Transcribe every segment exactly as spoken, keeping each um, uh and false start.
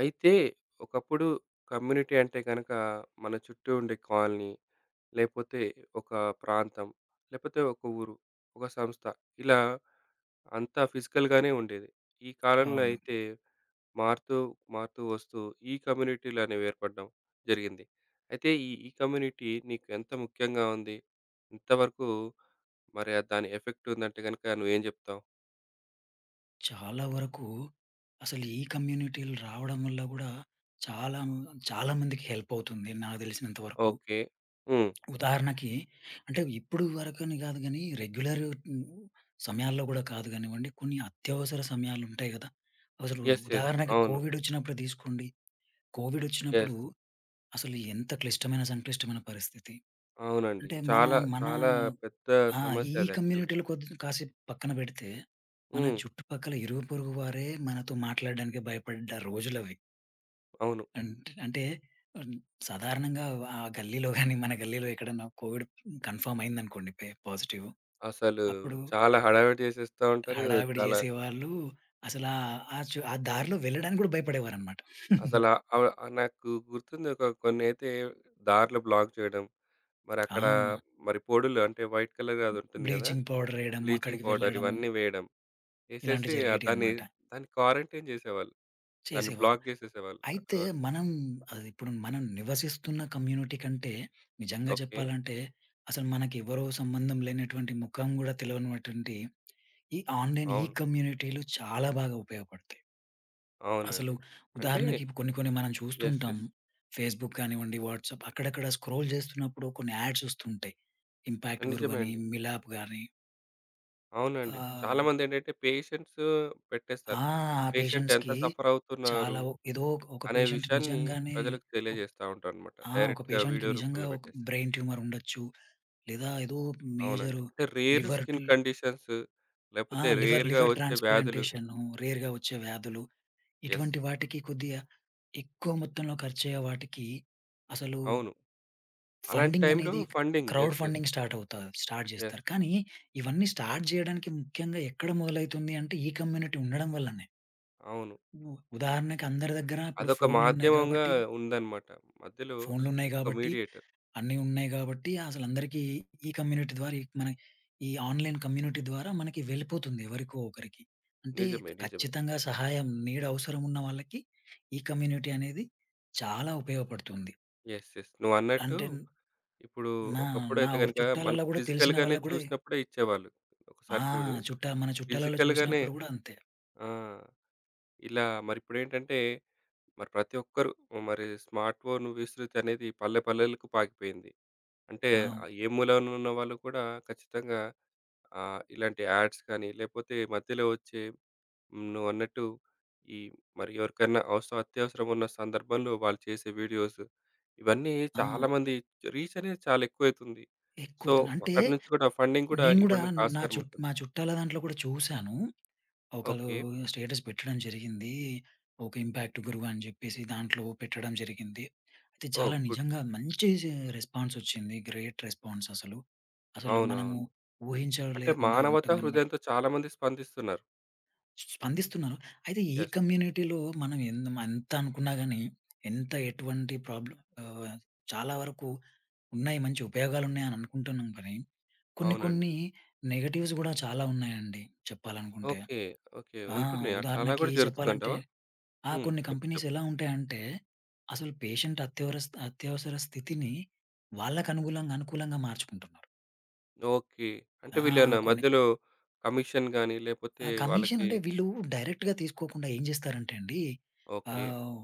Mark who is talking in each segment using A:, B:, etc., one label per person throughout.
A: అయితే ఒకప్పుడు కమ్యూనిటీ అంటే గనక మన చుట్టూ ఉండే కాలనీ, లేపోతే ఒక ప్రాంతం, లేపోతే ఒక ఊరు, ఒక సంస్థ ఇలా అంతా ఫిజికల్‌గానే ఉండేది. ఈ కాలంలో
B: అవును.
A: అయితే మారుతూ, మారుతూ వస్తూ ఈ కమ్యూనిటీలు అనేవి ఏర్పడడం జరిగింది. అయితే ఈ ఈ కమ్యూనిటీ నీకు ఎంత ముఖ్యంగా ఉంది? ఎంతవరకు మరి ఆహ్, దాని ఎఫెక్ట్ ఉందంటే గనక నువ్వేం జెప్తావు?
B: చాలా వరకు అసలు ఈ కమ్యూనిటీలు రావడం వల్ల గూడా చాలా చాలా మందికి హెల్ప్ అవుతుంది నాకు తెలిసినంత వరకు.
A: ఓకే. హ్మ్.
B: ఉదాహరణకి అంటే ఇప్పుడు వరకని గాదు గానీ రెగ్యులర్ సమయాల్లో గూడా కాదు గానివ్వండి, కొన్ని అత్యవసర సమయాలుంటాయి గదా! అసలు
A: యెస్. యెస్.
B: ఉదాహరణకి
A: అవును.
B: కోవిడ్ ఒచ్చినప్పుడు దీసుకోండి. కోవిడ్ ఒచ్చినప్పుడు
A: యెస్.
B: అసలు ఎంత క్లిష్టమైన, సంక్లిష్టమైన పరిస్థితి.
A: అవునండి.
B: అంటే మన
A: చాలా,
B: మన
A: చాలా పెద్ద
B: ఆ! ఈ
A: సమస్య
B: ఈ
A: అది యాక్చువల్‌గా.
B: కమ్యూనిటీలు కొద్ది కాసేపు పక్కన పెడితే, మన
A: హ్మ్.
B: చుట్టుపక్కల ఇరుగు పొరుగు వారే మనతో మాట్లాడడానికి భయపడ్డ రోజులవి.
A: అవును.
B: అంట్ అంటే హ్మ్, సాధారణంగా ఆ గల్లీలో గాని, మన గల్లీలో ఎక్కడన్నా కోవిడ్ కన్ఫర్మ్ అయిందనుకోండి పె పాజిటివ్.
A: అసలు
B: అప్పుడు
A: చాలా హడావిడి చేసేస్తా ఉంటారు.
B: హడావిడి
A: చాలా
B: చేసేవాళ్ళు. అసలా ఆ చు ఆ దారిలో వెళ్ళడానికి కూడా భయపడేవారనమాట.
A: అసల ఆహ్, నాకు గుర్తుంది ఒక కొన్నైతే దారిలో బ్లాక్ చేయడం.
B: ఆ!
A: మరక్కడ మరి పొడులు అంటే వైట్ కలర్ అది ఉంటుంది గదా!
B: బ్లీచింగ్ పౌడర్ ఎయడము,
A: బ్లీచింగ్
B: అక్కడికి
A: పౌడర్
B: వెళ్ళడము
A: ఇవన్నీ వేయడం.
B: ఇలాంటివి
A: ఏసేసి దాన్ని,
B: జరిగేటియనమాట.
A: దాన్ని క్వారంటైన్ చేసేవాళ్ళు. దాన్ని
B: చేసేవారు.
A: బ్లాక్ చేసేసేవాళ్ళు
B: అయితే
A: అక్కడి వరకు.
B: మనం అది ఇప్పుడు మనం నివసిస్తున్న కమ్యూనిటీ కంటే, నిజంగా
A: ఓకే.
B: చెప్పాలంటే అసలు మనకెవరో సంబంధం లేనటువంటి, ముఖం గూడా తెలవనటువంటి ఈ ఆన్‌లైన్ ఈ
A: అవును.
B: కమ్యూనిటీలు చాలా బాగా ఉపయోగపడతాయి. అసలు
A: అవునండి. అంటే
B: ఉదాహరణకి కొన్ని కొన్ని మనం చూస్తూ
A: యెస్.
B: ఉంటాం.
A: యెస్.
B: ఫేస్‌బుక్ కానివ్వండి, వాట్సాప్ అక్కడక్కడ స్క్రోల్ చేస్తున్నప్పుడు కొన్ని యాడ్స్ వస్తుంటాయి. ఇంపాక్ట్
A: నిజమే
B: గురువని,
A: అండి.
B: మిలాప్ గాని
A: అవునండి.
B: ఆహ్,
A: చాలామందేంటంటే పేషెంట్స్ పెట్టేస్తారు.
B: ఆ! ఆ
A: పేషెంట్ ఎంత
B: పేషెంట్స్‌కి
A: సఫర్ అవుతున్నారు
B: చాలా ఓ- ఏదో ఒక
A: అనే
B: పేషెంట్
A: విషయాన్ని
B: నిజంగానే
A: ప్రజలకు తెలియజేస్తా ఉంటారనమాట.
B: ఆ! ఒక
A: డైరెక్ట్‌గా
B: పేషెంట్‌కి
A: వీడియో
B: నిజంగా
A: రూపంలో
B: ఒక
A: పెట్టేసి.
B: బ్రెయిన్ ట్యూమర్ ఉండొచ్చు. లేదా ఏదో
A: అవునండి.
B: మేజర్
A: అంటే రేర్
B: లివర్
A: స్కిన్
B: ట్ల్
A: కండిషన్స్
B: ఆ!
A: లేకపోతే
B: లివర్
A: రేర్‌గా
B: లివర్
A: వచ్చే వ్యాధులు.
B: ట్రాన్స్‌ప్లాంటేషన్ రేర్‌గా వచ్చే వ్యాధులు.
A: యెస్.
B: ఇటువంటి వాటికి కొద్దిగా ఎక్కువ మొత్తంలో ఖర్చయ్యే వాటికి అసలు
A: అవును. అలాంటి
B: ఫండింగ్
A: టైంలో
B: అనేది
A: funding.
B: Crowd
A: yes. Yes.
B: Funding start అవుతా స్టార్ట్ చేస్తారు.
A: యెస్.
B: కానీ ఇవన్నీ స్టార్ట్ చేయడానికి ముఖ్యంగా ఎక్కడ మొదలైతుంది అంటే ఈ కమ్యూనిటీ ఉండడం వల్లనే.
A: అవును.
B: ఉ ఉదాహరణకి అందరి దగ్గర ఇప్పుడు
A: అదొక
B: ఫోన్‌లున్నాయి
A: మాధ్యమంగా
B: కాబట్టి
A: ఉందన్నమాట. మధ్యలో
B: ఫోన్‌లున్నాయి
A: ఒక
B: కాబట్టి
A: మీడియేటర్.
B: అన్నీ ఉన్నాయి గాబట్టి అసలందరికీ ఈ కమ్యూనిటీ ద్వారా ఈ మన ఈ ఆన్‌లైన్ కమ్యూనిటీ ద్వారా మనకి వెళ్ళిపోతుంది ఎవరికో ఒకరికి. అంటే
A: నిజమే. నిజమే.
B: ఖచ్చితంగా సహాయం నీడ అవసరం ఉన్న వాళ్ళకి ఈ కమ్యూనిటీ అనేది చాలా ఉపయోగపడుతుంది.
A: యెస్. యెస్. నువ్వన్నట్టు
B: అంటే
A: ఇప్పుడు
B: నా నా
A: ఒకప్పుడైతే
B: ఊరు
A: గనుక
B: చుట్టాలల్లో
A: మనకు
B: గూడా తెలిసిన
A: ఫిజికల్‌గానే
B: వాళ్ళకి గూడా
A: చూసినప్పుడే ఇచ్చేవాళ్ళు.
B: ఆ!
A: ఒకసారి చూడు
B: చుట్టా మన చుట్టాలలో
A: ఫిజికల్‌గానే
B: చూసినప్పుడు గూడా అంతే.
A: ఆ! ఇలా మరిప్పుడేంటంటే మరి ప్రతి ఒక్కరు మరి స్మార్ట్ ఫోన్ విస్తృతి అనేది పల్లె పల్లెలకు పాకిపోయింది. అంటే
B: ఆ!
A: ఆహ్, ఏ మూలనున్న వాళ్ళు కూడా ఖచ్చితంగా ఆహ్, ఇలాంటి యాడ్స్ కానీ లేకపోతే మధ్యలో వచ్చే హ్మ్. నువ్వన్నట్టు ఈ మరి ఎవరికైనా అవసరం అత్యవసరం ఉన్న సందర్భంలో వాళ్ళు చేసే వీడియోస్, ఇవన్నీ
B: ఆ!
A: చాలామంది రీచ్ అనేది చాలా ఎక్కువైతుంది. సో,
B: ఎక్కువైతుంది. అంటే
A: అక్కడి నుంచి కూడా ఫండింగ్ కూడా
B: నేను గూడా
A: ఇవ్వడానికి
B: నా
A: ఆస్కారం
B: చుట్
A: ఉంటుంది.
B: మా చుట్టాల దాంట్లో కూడా చూసాను. ఒకళ్ళు
A: ఓకే.
B: స్టేటస్ పెట్టడం జరిగింది. ఒక ఇంపాక్ట్ గురువు అని జెప్పేసి దాంట్లో పెట్టడం జరిగింది. అయితే
A: ఓహ్!
B: చాలా
A: గుడ్.
B: నిజంగా మంచి సే రెస్పాన్సొచ్చింది. గ్రేట్ రెస్పాన్స్ అసలు. అసలు మనము
A: అవునవును. అంటే
B: ఊహించలేకుండా
A: మానవతా
B: ఉంటుందనమాట.
A: హృదయంతో చాలామంది స్పందిస్తున్నారు.
B: స్పందిస్తున్నారు. అయితే ఈ
A: యెస్.
B: కమ్యూనిటీలో మనం ఎందు ఎంత అనుకున్నా గాని, ఎంత ఎటువంటి ప్రాబ్లమ్ ఆహ్, చాలా వరకు ఉన్నాయి. మంచి ఉపయోగాలున్నాయని అనుకుంటున్నాం కానీ, కొన్ని
A: అవునండి.
B: కొన్ని నెగెటివ్స్ గూడా చాలా ఉన్నాయండి చెప్పాలనుకుంటే.
A: ఓకే. ఓకే.
B: ఆ!
A: ఉంటున్నాయి. అట్లా అలా
B: ఉదాహరణకి
A: కూడా
B: హ్మ్. చెప్పాలంటే
A: జరుగుతుందంటావా?
B: ఆ!
A: హ్మ్.
B: కొన్ని
A: చెప్పు
B: కంపెనీస్
A: చెప్పు.
B: ఎలా ఉంటాయంటే, అసలు పేషెంట్ అత్యవరస్ అత్యవసర స్థితిని వాళ్ళకి అనుగులంగా అనుకూలంగా మార్చుకుంటున్నారు.
A: ఓకే. అంటే
B: ఆ!
A: వీళ్ళేమన్నా
B: కొన్ని
A: మధ్యలో కమిషన్ గాని లేపోతే
B: ఆహ్, కమిషన్
A: వాళ్ళకి
B: అంటే వీళ్ళు డైరెక్ట్‌గా తీసుకోకుండా ఏం చేస్తారంటే అండి,
A: ఓకే.
B: ఆహ్,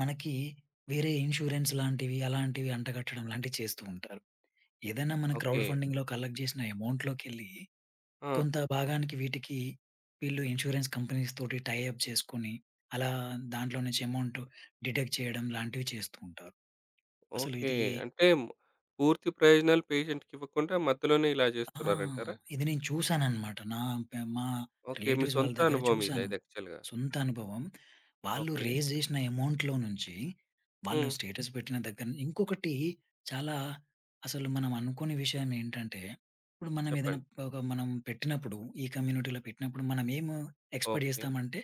B: మనకి వేరే ఇన్స్యూరెన్స్ లాంటివి, అలాంటివి అంటగట్టడం లాంటివి చేస్తూ ఉంటారు. ఏదైనా మన క్రౌడ్
A: ఓకే.
B: ఫండింగ్‌లో కలెక్ట్ చేసిన అమౌంట్‌లోకెళ్ళి
A: ఆ!
B: కొంత భాగానికి వీటికి వీళ్ళు ఇన్స్యూరెన్స్ కంపెనీస్ తోటి టై అప్ చేసుకొని, అలా దాంట్లో నుంచి అమౌంట్ డిడక్ట్ చేయడం లాంటివి చేస్తూ ఉంటారు. అసలు
A: ఓకే.
B: ఇది
A: అంటే మ్- పూర్తి ప్రయోజనాలు పేషెంట్‌కి ఇవ్వకుండా మధ్యలోనే ఇలా
B: ఆ!
A: చేస్తున్నారంటారా?
B: ఇది నేను చూసాననమాట. నా పె మా
A: ఓకే. మీ
B: రిలేటివ్స్ వాళ్ళ
A: సొంత
B: దగ్గర
A: అనుభవం ఇది
B: చూసాను.
A: అయితే యాక్చువల్‌గా.
B: సొంత అనుభవం. వాళ్ళు
A: ఓకే.
B: రైజ్ జేసిన అమౌంట్‌లో నుంచి, వాళ్ళు
A: హ్మ్.
B: స్టేటస్ పెట్టిన దగ్గర ను ఇంకొకటి చాలా అసలు మనం అనుకోని విషయం ఏంటంటే, ఇప్పుడు మనం ఏదైనా
A: చెప్పండి.
B: ఒక మనం పెట్టినప్పుడు, ఈ కమ్యూనిటీలో పెట్టినప్పుడు మనం ఏమి ఎక్స్‌పెక్ట్
A: ఓకే.
B: జేస్తామంటే,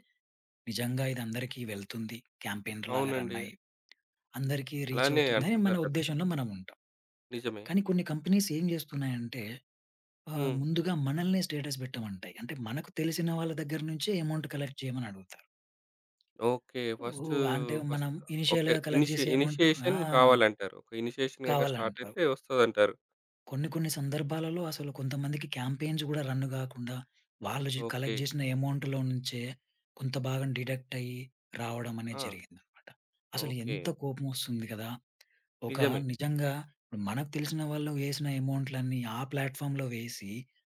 B: నిజంగా ఇది అందరికీ వెళ్తుంది. క్యాంపెయిన్‌లాగా రన్
A: అవునండి.
B: అయ్యి, అందరికీ రీచ్
A: అలానే
B: అవుతుందని మన
A: అనుకుంటారు కదా!
B: ఉద్దేశంలో మనం ఉంటాం.
A: నిజమే.
B: కానీ కొన్ని కంపెనీస్ ఏం జేస్తున్నాయంటే ఆ!
A: హ్మ్.
B: ముందుగా మనల్నే స్టేటస్ పెట్టమంటాయి. అంటే మనకు తెలిసిన వాళ్ళ దగ్గర నుంచే అమౌంట్ కలెక్ట్ చేయమని అడుగుతారు.
A: ఓకే. First
B: oh! అంటే
A: ఫస్ట్
B: మనం
A: ఓకే.
B: ఇనీషియల్‌గా కలెక్ట్
A: ఇనిషి
B: చేసే అమౌంట్ ఆ!
A: ఇనిషియేషన్ కావాలంటారు. ఒక ఇనిషియేషన్ గనక స్టార్ట్
B: కావాలంటారు.
A: అయితే వస్తదంటారు.
B: కొన్ని కొన్ని సందర్భాలలో అసలు కొంతమందికి క్యాంపెయిన్స్ గూడా రన్ గాకుండా వాళ్ళు జు
A: ఓకే.
B: కలెక్ట్ చేసిన అమౌంట్‌లో నుంచే కొంత భాగం డిడక్ట్ అయ్యి రావడం అనేది
A: ఆ!
B: జరిగిందనమాట. అసలు
A: ఓకే.
B: ఎంత కోపమొస్తుంది కదా! ఒక
A: నిజమే.
B: నిజంగా ఇప్పుడు మనకు తెలిసిన వాళ్ళు వేసిన అమౌంట్‌లన్నీ ఆ ప్లాట్‌ఫామ్‌లో వేసి,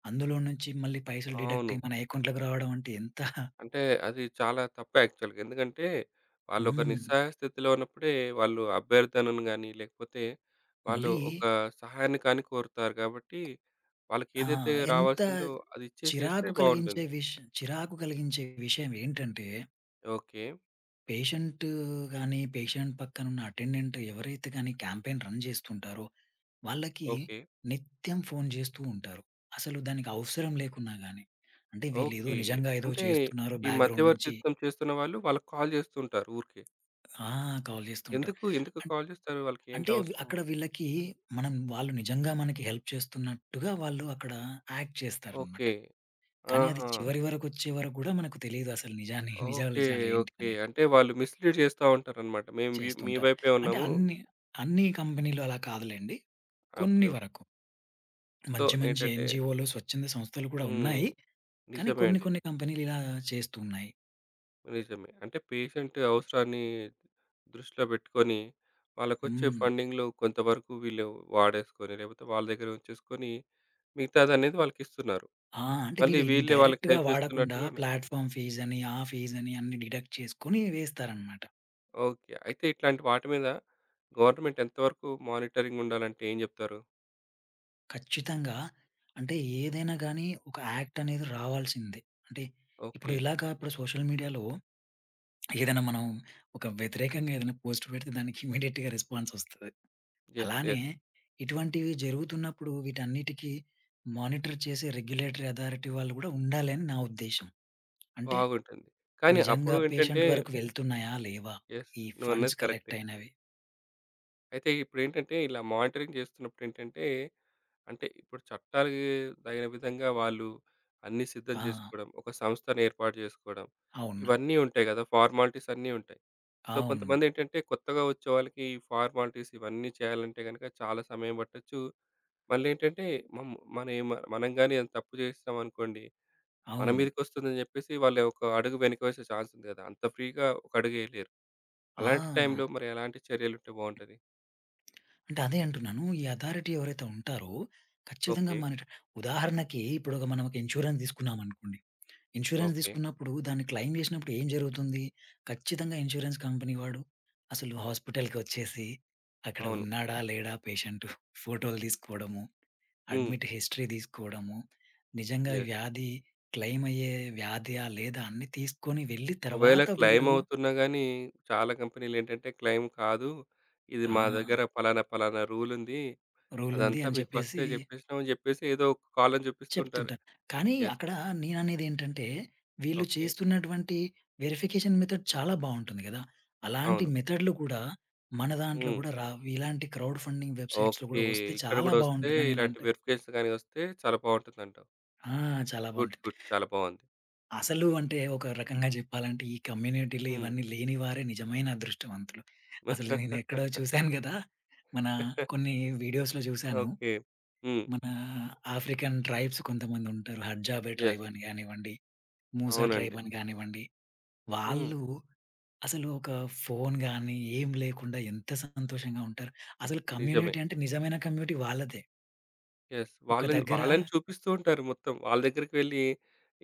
B: అందులో నుంచి మళ్ళీ పైసలు డిడక్ట్
A: అవును.
B: అయ్యి మన అకౌంట్‌లోకి రావడం అంటే ఎంత
A: అంటే అది చాలా తప్పు యాక్చువల్‌గా. ఎందుకంటే, వాళ్ళు ఒక
B: హ్మ్.
A: నిస్సహాయ స్థితిలో ఉన్నప్పుడే వాళ్ళు అభ్యర్థనను గాని, లేకపోతే వాళ్ళు
B: మళ్ళీ
A: ఒక సహాయాన్ని కానీ కోరుతారు కాబట్టి, వాళ్ళకి
B: ఆ!
A: ఏదైతే
B: ఎంత
A: రావాల్సిందో అది ఇచ్చేసేస్తే
B: చిరాకు కలిగించే
A: బావుంటుంది.
B: విష్ చిరాకు కలిగించే విషయం ఏంటంటే,
A: ఓకే.
B: పేషెంట్ గాని, పేషెంట్ పక్కన ఉన్న అటెండెంట్ ఎవరైతే గాని క్యాంపెయిన్ రన్ చేస్తుంటారో, వాళ్ళకి
A: ఓకే.
B: నిత్యం ఫోన్ చేస్తూ ఉంటారు. అసలు దానికి అవసరం లేకున్నా గాని. అంటే వీళ్ళేదో
A: ఓకే.
B: నిజంగా ఏదో
A: అంటే
B: చేస్తున్నారు
A: ఈ
B: బ్యాక్‌గ్రౌండ్ నుంచి
A: మధ్యవర్తిత్వం చేస్తున్న వాళ్ళు వాళ్ళకి కాల్ చేస్తుంటారు ఊరికే.
B: ఆ! కాల్ చేస్తూ ఉంటారు.
A: ఎందుకు? ఎందుకు
B: అన్
A: కాల్ చేస్తారు? వాళ్ళకి ఏంటి
B: అంటే వి
A: అవసరం?
B: అక్కడ వీళ్ళకి మనం వాళ్ళు నిజంగా మనకి హెల్ప్ చేస్తున్నట్టుగా వాళ్ళు అక్కడ యాక్ట్ చేస్తారనమాట.
A: ఓకే.
B: కానీ అది
A: ఆహా!
B: చివరి వరకొచ్చే వరకు గూడా మనకు తెలీదు అసలు నిజాన్ని నిజాలు
A: ఓకే.
B: నిజాలు ఏంటి
A: ఓకే.
B: అనేది
A: అంటే వాళ్ళు మిస్‌లీడ్ చేస్తా ఉంటారన్నమాట. మేము వి మీ
B: చేస్తుంటారు.
A: వైపే
B: అంటే
A: ఉన్నాము.
B: అన్ని అన్ని కంపెనీలు అలా కాదులెండి. కొన్ని
A: ఓకే.
B: వరకు
A: సో,
B: మంచి మంచి
A: ఏంటంటే
B: ఎన్‌జీఓలు, స్వచ్ఛంద సంస్థలు కూడా
A: హ్మ్.
B: ఉన్నాయి. కానీ
A: నిజమే
B: కొన్ని
A: అండి.
B: కొన్ని కంపెనీలు ఇలా చేస్తూ ఉన్నాయి.
A: నిజమే. అంటే పేషెంట్ అవసరాన్ని దృష్టిలో పెట్టుకొని, వాళ్ళకొచ్చే
B: హ్మ్.
A: ఫండింగ్‌లో కొంతవరకు వీళ్ళు వాడేసుకొని, లేకపోతే వాళ్ళ దగ్గర ఉంచేసుకొని, మిగతాదనేది వాళ్ళకిస్తున్నారు.
B: ఆ! అంటే
A: మళ్ళీ
B: వీళ్ళు ఇన్
A: వీళ్ళే వాళ్ళకి
B: డైరెక్ట్‌గా
A: హెల్ప్
B: వాడకుండా
A: చేస్తున్నట్టుగాను
B: ప్లాట్‌ఫార్మ్ ఫీజని, ఆ ఫీజని అన్ని డిడక్ట్ చేసుకొని వేస్తారనమాట.
A: ఓకే. అయితే ఇట్లాంటి వాటి మీద గవర్నమెంట్ ఎంతవరకు మానిటరింగ్ ఉండాలంటే ఏం చెప్తారు?
B: ఖచ్చితంగా. అంటే ఏదైనా గానీ ఒక యాక్ట్ అనేది రావాల్సిందే. అంటే ఇప్పుడు
A: ఓకే.
B: ఇలాగా ఇప్పుడు సోషల్ మీడియాలో ఏదైనా మనం ఒక వ్యతిరేకంగా ఏదైనా పోస్ట్ పెడితే దానికి ఇమ్మీడియేట్‌గా రెస్పాన్స్ ఒస్తది.
A: యెస్.
B: అలానే
A: యెస్.
B: ఇటువంటివి జరుగుతున్నప్పుడు వీటన్నిటికి మానిటర్ చేసే రెగ్యులేటరీ అథారిటీ వాళ్ళు గూడా ఉండాలని నా ఉద్దేశ్యం. అంటే
A: బాగుంటుంది. కానీ అప్పుడు
B: నిజంగా
A: ఏంటంటే
B: పేషెంట్ వరకు వెళ్తున్నాయా? లేవా?
A: యెస్.
B: ఈ ఫండ్స్
A: నువ్వన్నది
B: కలెక్ట్
A: కరెక్టే.
B: అయినవి.
A: అయితే ఇప్పుడేంటంటే ఇలా మానిటరింగ్ చేస్తున్నప్పుడేంటంటే అంటే ఇప్పుడు చట్టాలకి తగిన విధంగా వాళ్ళు అన్నీ సిద్ధం
B: ఆ!
A: చేసుకోవడం, ఒక సంస్థను ఏర్పాటు చేసుకోవడం,
B: అవును.
A: ఇవన్నీ ఉంటాయి కదా! ఫార్మాలిటీస్ అన్నీ ఉంటాయి. సో,
B: అవును.
A: కొంతమందేంటంటే కొత్తగా వచ్చేవాళ్ళకి ఈ ఫార్మాలిటీస్ ఇవన్నీ చేయాలంటే గనుక చాలా సమయం పట్టొచ్చు. మళ్ళేంటంటే మం మనం ఏమ మనం గాని ఏదైనా తప్పు చేసేసామనుకోండి, మన
B: అవును.
A: మీదకొస్తుందని చెప్పేసి వాళ్ళు ఒక అడుగు వెనక వేసే ఛాన్స్ ఉంది కదా! అంత ఫ్రీగా ఒక అడుగు ఎయలేరు.
B: ఆ!
A: అలాంటి టైంలో మరి ఎలాంటి చర్యలుంటే బావుంటది?
B: అంటే అదే అంటున్నాను. ఈ అథారిటీ ఎవరైతే ఉంటారో, ఖచ్చితంగా
A: ఓకే.
B: మనట ఉదాహరణకి ఇప్పుడు ఒక మనం ఒక ఇన్స్యూరెన్స్ తీసుకున్నామనుకోండి. Insurance
A: okay.
B: తీసుకున్నప్పుడు దాన్ని క్లెయిమ్ చేసినప్పుడు ఏం జరుగుతుంది? ఖచ్చితంగా ఇన్స్యూరెన్స్ కంపెనీ వాడు అసలు హాస్పిటల్‌కొచ్చేసి అక్కడ
A: అవును.
B: ఉన్నాడా? లేడా? పేషెంటు ఫోటోలు తీసుకోవడము,
A: హ్మ్.
B: అడ్మిట్ హిస్టరీ తీసుకోవడము, నిజంగా
A: యెస్.
B: వ్యాధి క్లెయిమ్ అయ్యే వ్యాధియా? లేదా? అన్నీ తీసుకొని వెళ్ళి
A: ఒకవేళ
B: తర్వాత
A: క్లెయిమ్
B: వీళ్ళు
A: అవుతున్నా గానీ, చాలా కంపెనీలేంటంటే, క్లెయిమ్ కాదు. ఇది
B: ఆ!
A: మా దగ్గర పలానా, పలానా రూలుంది.
B: రూల్ ఉంది
A: అదంతా
B: అని
A: మీకు
B: చెప్పేసి
A: ఫస్టే జెప్పేసినాం అని జెప్పేసి, ఏదో ఒక కాలం జూపిస్తుంటారు.
B: చెప్తుంటారు. కానీ
A: యెస్.
B: అక్కడ నేననేదేంటంటే, వీళ్ళు
A: ఓకే.
B: చేస్తున్నటువంటి వెరిఫికేషన్ మెథడ్ చాలా బావుంటుంది గదా! అలాంటి
A: అవును.
B: మెథడ్‌లు కూడా మన దాంట్లో
A: హ్మ్.
B: గూడా రా ఇలాంటి క్రౌడ్ ఫండింగ్ వెబ్‌సైట్స్‌లో
A: ఓకే.
B: గూడా వస్తే
A: ఇక్కడ
B: చాలా
A: గూడా ఒస్తే,
B: బావుంటుందని
A: ఇలాంటి
B: నేనంటా.
A: వెరిఫికేషన్స్ గాని ఒస్తే చాలా బావుంటుందంటావు.
B: ఆ! చాలా
A: గుడ్.
B: బావుంటుంది.
A: గుడ్. చాలా బావుంది.
B: అసలు అంటే ఒక రకంగా జెప్పాలంటే ఈ కమ్యూనిటీలు
A: హ్మ్.
B: ఇవన్నీ లేని వారే నిజమైన అదృష్టవంతులు. అసలు నేనెక్కడో చూసాను గదా! మన కొన్ని వీడియోస్‌లో జూసాను.
A: ఓకే. హ్మ్.
B: మన ఆఫ్రికన్ ట్రైబ్స్ కొంతమందుంటారు. Hadzabe tribe
A: yes.
B: అని గానివ్వండి మూసా
A: అవునండి.
B: ట్రైబని గానివ్వండి,
A: హ్మ్.
B: వాళ్ళు అసలు ఒక ఫోను గాని ఏం లేకుండా ఎంత సంతోషంగా ఉంటారు. అసలు
A: నిజమే.
B: కమ్యూనిటీ అంటే నిజమైన కమ్యూనిటీ వాళ్ళదే.
A: యెస్.
B: ఒక
A: వాళ్ళని
B: దగ్గర
A: వాళ్ళని చూపిస్తూ ఉంటారు మొత్తం. వాళ్ళ దగ్గరికి వెళ్లి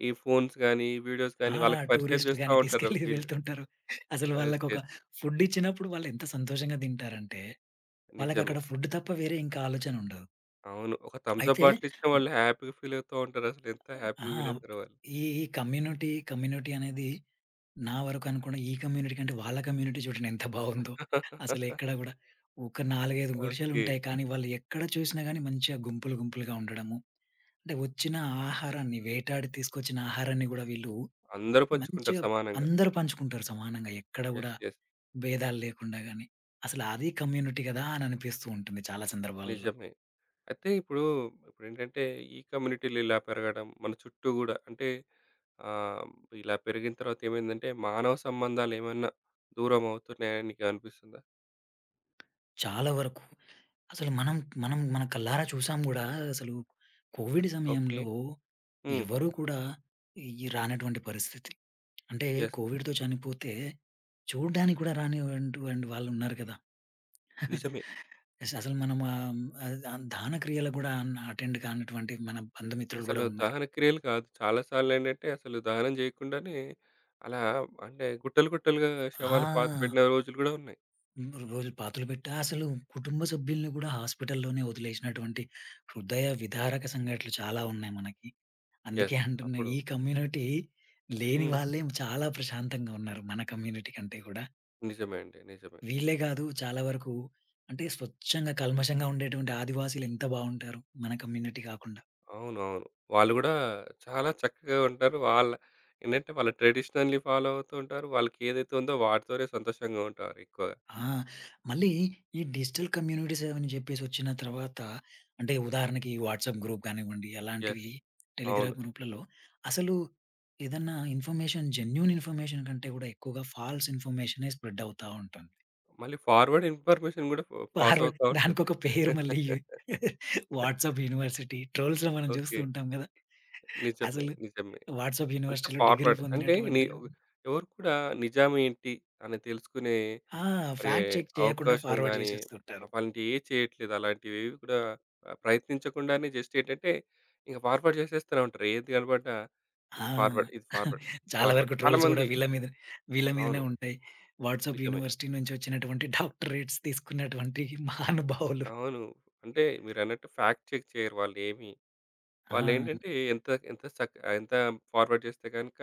A: ఈ ఫోన్స్ గాని, వీడియోస్
B: ఆ!
A: గాని వాళ్ళకి పరిచయం
B: టూరిస్టులు
A: చేస్తా
B: గాని
A: ఉంటారు
B: తీసుకెళ్ళి
A: వీళ్ళు.
B: వెళ్తుంటారు. అసలు
A: యెస్.
B: వాళ్ళకొక
A: యెస్.
B: ఫుడ్డిచ్చినప్పుడు వాళ్ళెంత సంతోషంగా తింటారంటే,
A: నిజమే.
B: వాళ్ళకక్కడ ఫుడ్ తప్ప వేరే ఇంకా ఆలోచనుండదు.
A: అవును. ఒక థమ్స్ అప్
B: అయితే
A: బాటిల్ ఇచ్చినా వాళ్ళు హ్యాపీగా ఫీల్ అవుతా ఉంటారు. అసలు ఎంత
B: ఆ!
A: హ్యాపీగా ఫీల్ అవుతారో వాళ్ళు.
B: ఈ ఈ కమ్యూనిటీ, కమ్యూనిటీ అనేది నా వరకు అనుకోండి. ఈ కమ్యూనిటీ కంటే వాళ్ళ కమ్యూనిటీ చూడండి ఎంత బావుందో. అసలెక్కడ గూడా ఒక నాలుగు, ఐదు
A: ఓకే.
B: గుడిసెలుంటాయి. కానీ వాళ్ళు ఎక్కడ చూసినా గానీ మంచిగా గుంపులు, గుంపులుగా ఉండడము. అంటే వచ్చిన ఆహారాన్ని వేటాడి తీసుకొచ్చిన ఆహారాన్ని గూడా వీళ్ళు
A: అందరూ పంచుకుంటారు
B: మంచిగా
A: సమానంగా.
B: అందరూ పంచుకుంటారు సమానంగా. ఎక్కడ
A: యెస్.
B: గూడా
A: యెస్.
B: భేదాలు లేకుండా గాని. అసలు అది కమ్యూనిటీ గదా! అని అనిపిస్తూ ఉంటుంది చాలా సందర్భాలలో.
A: నిజమే. అయితే ఇప్పుడు ఇప్పుడేంటంటే ఈ కమ్యూనిటీలు ఇలా పెరగడం, మన చుట్టూ గూడా అంటే ఆహ్, ఇలా పెరిగిన తర్వాత ఏమైందంటే మానవ సంబంధాలేమన్నా దూరం అవుతున్నాయని నీకనిపిస్తుందా?
B: చాలా వరకు. అసలు మనం మనం మన కళ్ళారా చూసాం గూడా అసలు కోవిడ్
A: ఓకే.
B: సమయంలో
A: హ్మ్.
B: ఎవరు కూడా ఈ రానటువంటి పరిస్థితి. అంటే
A: యెస్.
B: కోవిడ్‌తో చనిపోతే చూడ్డానికి కూడా రానివంటువంటి వాళ్ళున్నారు కదా!
A: నిజమే.
B: అస అసలు మనం ఆహ్, ఆహ్, ఆహ్, దాన క్రియలకు గూడా అటెండ్ కానటువంటి మన బంధుమిత్రులు
A: అసలు
B: గూడా ఉన్నారు.
A: దహన క్రియలు కాదు. చాలా సార్లేంటంటే అసలు దహనం జేయకుండానే అలా అంటే గుట్టలు గుట్టలుగా శవాలు
B: ఆ!
A: పాతిపెట్టిన రోజులు గూడా ఉన్నాయి.
B: రోజులు పాతులు పెట్టా అసలు కుటుంబ సభ్యుల్ని గూడా హాస్పిటల్‌లోనే వదిలేసినటువంటి హృదయ విదారక సంఘటనలు చాలా ఉన్నాయి మనకి. అందుకే
A: యెస్.
B: అంటున్నా
A: అప్పుడు
B: ఈ కమ్యూనిటీ లేని
A: హ్మ్.
B: వాళ్ళే చాలా ప్రశాంతంగా ఉన్నారు మన కమ్యూనిటీ కంటే కూడా.
A: నిజమే అండి. నిజమే.
B: వీళ్ళే గాదు చాలా వరకు అంటే స్వచ్ఛంగా కల్మషంగా ఉండేటువంటి ఆదివాసీలు ఎంత బావుంటారు మన కమ్యూనిటీ కాకుండా.
A: అవునవును. వాళ్ళు గూడా చాలా చక్కగా ఉంటారు. వాళ్ళ ఏంటంటే వాళ్ళ ట్రెడిషనల్‌ని ఫాలో అవుతూ ఉంటారు. వాళ్ళకేదైతే ఉందో వాటితోనే సంతోషంగా ఉంటారు ఎక్కువగా.
B: ఆ! మళ్ళీ ఈ డిజిటల్ కమ్యూనిటీస్ అని చెప్పేసి వచ్చిన తర్వాత అంటే ఉదాహరణకి వాట్సాప్ గ్రూప్ కానివ్వండి,
A: యెస్.
B: అలాంటివి
A: అవును.
B: టెలిగ్రామ్ గ్రూప్‌లలో అసలు ఏదన్నా ఇన్ఫర్మేషన్ జెన్యూన్ ఇన్ఫర్మేషన్ కంటే కూడా ఎక్కువగా ఫాల్స్ ఇన్ఫర్మేషనే స్ప్రెడ్ అవుతా ఉంటుంది.
A: మళ్ళీ ఫార్వర్డ్ ఇన్ఫర్మేషన్ గూడా ఫ పాస్
B: ఫార్వర్డ్
A: అవుతా ఉంటది.
B: దానికొక పేరు మళ్ళీ వాట్సాప్ యూనివర్సిటీ. ట్రోల్స్‌లో మనం జూస్తూ
A: ఓకే.
B: ఉంటాం గదా!
A: నిజమే.
B: అసలు
A: నిజమే.
B: వాట్సాప్
A: అంత
B: యూనివర్సిటీలో డిగ్రీ
A: ఫార్వర్డ్. అంటే ని
B: పొందినటువంటి
A: ఎవరు కూడా నిజాం ఏంటి అని తెలుసుకునే
B: ఆ!
A: మరి
B: ఫ్యాక్ట్ చెక్ చేయకుండా
A: అవకాశం
B: ఫార్వర్డ్
A: గాని,
B: జేసేస్తుంటారు.
A: అలాంటివి ఏవి చేయట్లేదు. అలాంటివేవి కూడా ఆహ్, ప్రయత్నించకుండానే జస్ట్ ఏంటంటే ఇంక ఫార్వర్డ్ చేసేస్తూనే ఉంటారు. ఏది కనపడ్డా
B: ఆ!
A: ఇది ఫార్వర్డ్, ఇది ఫార్వర్డ్,
B: చాలా
A: ఫార్వర్డ్.
B: వరకు ట్రోల్స్ గూడా
A: చాలామంది
B: వీళ్ళ మీద వీళ్ళ మీదనే
A: అవును.
B: ఉంటాయి. వాట్సాప్
A: నిజమే.
B: యూనివర్సిటీ నుంచి వచ్చినటువంటి డాక్టరేట్స్ తీసుకున్నటువంటి మహానుభావులు.
A: అవును. అంటే మీరన్నట్టు ఫ్యాక్ట్ చెక్ చేయరు వాళ్ళేమి.
B: ఆ!
A: వాళ్ళేంటంటే ఎంత ఎంత సక్ ఎంత ఫార్వర్డ్ చేస్తే గనుక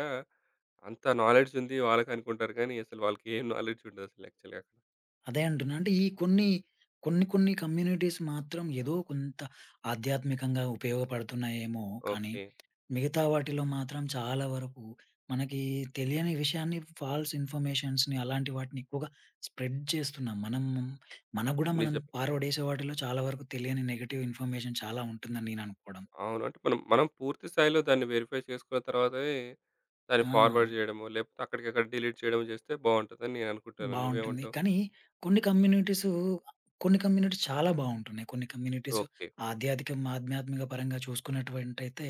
A: అంత నాలెడ్జ్ ఉంది వాళ్ళకనుకుంటారు కానీ అసలు వాళ్ళకి ఏం నాలెడ్జ్ ఉండదసలు యాక్చువల్‌గా.
B: అదే అంటున్నా. అంటే ఈ కొన్ని, కొన్ని కొన్ని కమ్యూనిటీస్ మాత్రం ఏదో కొంత ఆధ్యాత్మికంగా ఉపయోగపడుతున్నాయేమో కానీ,
A: ఓకే.
B: మిగతా వాటిలో మాత్రం చాలా వరకు మనకి తెలియని విషయాన్ని ఫాల్స్ ఇన్ఫర్మేషన్స్‌ని అలాంటి వాటిని ఎక్కువగా స్ప్రెడ్ చేస్తున్నాం. మనం మనకు గూడా మనం
A: నిజమే.
B: ఫార్వర్డ్ చేసే వాటిలో చాలా వరకు తెలియని నెగెటివ్ ఇన్ఫర్మేషన్ చాలా ఉంటుందని నేను అనుకోవడం.
A: అవును. అంటే మనం, మనం పూర్తి స్థాయిలో దాన్ని వెరిఫై చేసుకున్న తర్వాతనే దాన్ని
B: ఆ!
A: ఫార్వర్డ్ చేయడమో, లేకపోతే అక్కడికక్కడ డిలీట్ చేయడమో చేస్తే బావుంటదని నేను అనుకుంటున్నాను.
B: బావుంటుంది.
A: నువ్వేమంటావు?
B: కానీ కొన్ని కమ్యూనిటీసు కొన్ని కమ్యూనిటీస్ చాలా బావుంటున్నాయి. కొన్ని కమ్యూనిటీస్
A: ఓకే.
B: ఆధ్యాత్మికం ఆధ్యాత్మిక పరంగా చూసుకున్నటువంటయితే,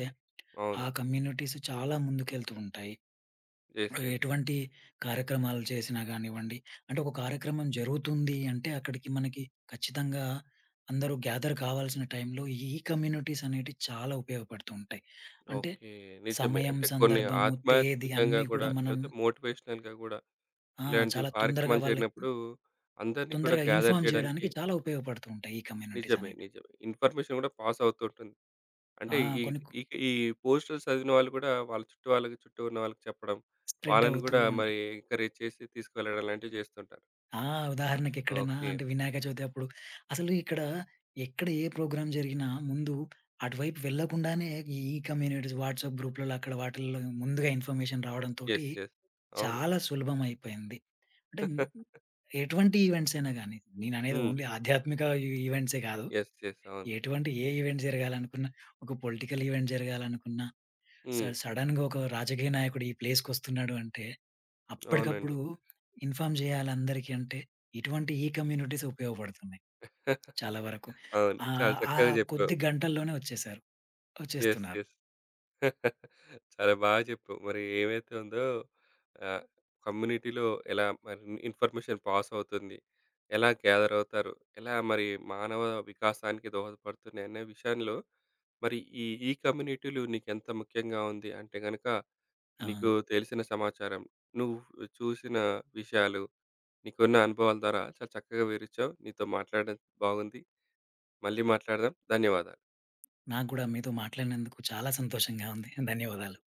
A: అవును.
B: ఆ కమ్యూనిటీస్ చాలా ముందుకెళ్తూ ఉంటాయి.
A: యెస్. యెస్.
B: ఎటువంటి కార్యక్రమాలు చేసినా గానివ్వండి, అంటే ఒక కార్యక్రమం జరుగుతుంది అంటే అక్కడికి మనకి ఖచ్చితంగా అందరూ గ్యాదర్ కావాల్సిన టైంలో ఈ కమ్యూనిటీస్ అనేటివి చాలా ఉపయోగపడుతూ ఉంటాయి. అంటే
A: ఓకే. నిజమే.
B: సమయం,
A: అంటే కొన్ని
B: సందర్భము, తేదీ
A: ఆధ్యాత్మికంగా
B: అన్నీ కూడా
A: గూడా,
B: మనం
A: లేకపోతే మోటివేషనల్‌గా గూడా
B: ఆ!
A: ఇలాంటి
B: చాలా తొందరగా
A: కార్యక్రమాలు
B: వాళ్ళకి
A: జరిగినప్పుడు అందరినీ కూడా
B: తొందరగా
A: గ్యాదర్
B: ఇన్ఫార్మ్
A: చేయడానికి
B: జేయడానికి చాలా ఉపయోగపడుతూ ఉంటాయి ఈ కమ్యూనిటీస్
A: నిజమే.
B: అనేటివి.
A: నిజమే. ఇన్ఫర్మేషన్ గూడా పాస్ అవుతూ ఉంటుంది.
B: ఆ!
A: అంటే ఈ
B: కొన్ని కు
A: ఈ ఈ పోస్టులు చదివిన వాళ్ళు కూడా వాళ్ళ చుట్టూ వాళ్ళకి చుట్టూ ఉన్న వాళ్ళకి చెప్పడం.
B: స్ప్రెడ్
A: వాళ్ళని
B: అవుతూ
A: గూడా
B: ఉంటాయి.
A: మరి ఎంకరేజ్ చేసి తీసుకువెళ్ళడం లాంటివి చేస్తుంటారు.
B: ఆ! ఉదాహరణకి ఎక్కడైనా
A: ఓకే.
B: అంటే వినాయక చవితి అప్పుడు అసలు ఇక్కడ ఎక్కడ ఏ ప్రోగ్రామ్ జరిగినా ముందు అటువైపు వెళ్ళకుండానే ఈ కమ్యూనిటీస్ వాట్సాప్ గ్రూప్‌లలో అక్కడ వాటిల్లో ముందుగా ఇన్ఫర్మేషన్ రావడంతోటి
A: యెస్. యెస్. అవును.
B: చాలా సులభం అయిపోయింది. అంటే మ్, ఎటువంటి ఈవెంట్స్ అయినా గానీ, నేననేది
A: హ్మ్.
B: ఓన్లీ ఆధ్యాత్మిక ఈ ఈవెంట్సే కాదు.
A: యెస్. యెస్. అవును.
B: ఎటువంటి ఏ ఈవెంట్ జరగాలనుకున్నా, ఒక పొలిటికల్ ఈవెంట్ జరగాలనుకున్న స
A: హ్మ్.
B: సడెన్‌గా ఒక రాజకీయ నాయకుడు ఈ ప్లేస్‌కొస్తున్నాడు అంటే,
A: అవునండి.
B: అప్పటికప్పుడు ఇన్ఫార్మ్ జేయాలి అందరికీ అంటే, ఇటువంటి ఈ కమ్యూనిటీస్ ఉపయోగపడుతున్నాయి చాలా వరకు.
A: అవును. చాలా
B: ఆహ్, ఆ
A: చక్కగా చెప్పావు.
B: కొద్ది గంటల్లోనే వచ్చేసారు.
A: యెస్.
B: వచ్చేస్తున్నారు.
A: యెస్. చాలా బాగా చెప్పావు. మరి ఏవైతే ఉందో ఆహ్, కమ్యూనిటీలో ఎలా మరి ఇన్ఫర్మేషన్ పాస్ అవుతుంది? ఎలా గ్యాదర్ అవుతారు? ఎలా మరి మానవ వికాసానికి దోహదపడుతున్నాయి అనే విషయంలో మరి ఈ ఈ కమ్యూనిటీలు నీకెంత ముఖ్యంగా ఉంది అంటే గనక
B: ఆ!
A: నీకు తెలిసిన సమాచారం, నువ్వు చూసిన విషయాలు, నీకున్న అనుభవాల ద్వారా చాలా చక్కగా వివరించావు. నీతో మాట్లాడడం బాగుంది. మళ్ళీ మాట్లాడదాం. ధన్యవాదాలు.
B: నాకు గూడా మీతో మాట్లాడినందుకు చాలా సంతోషంగా ఉంది. ధన్యవాదాలు.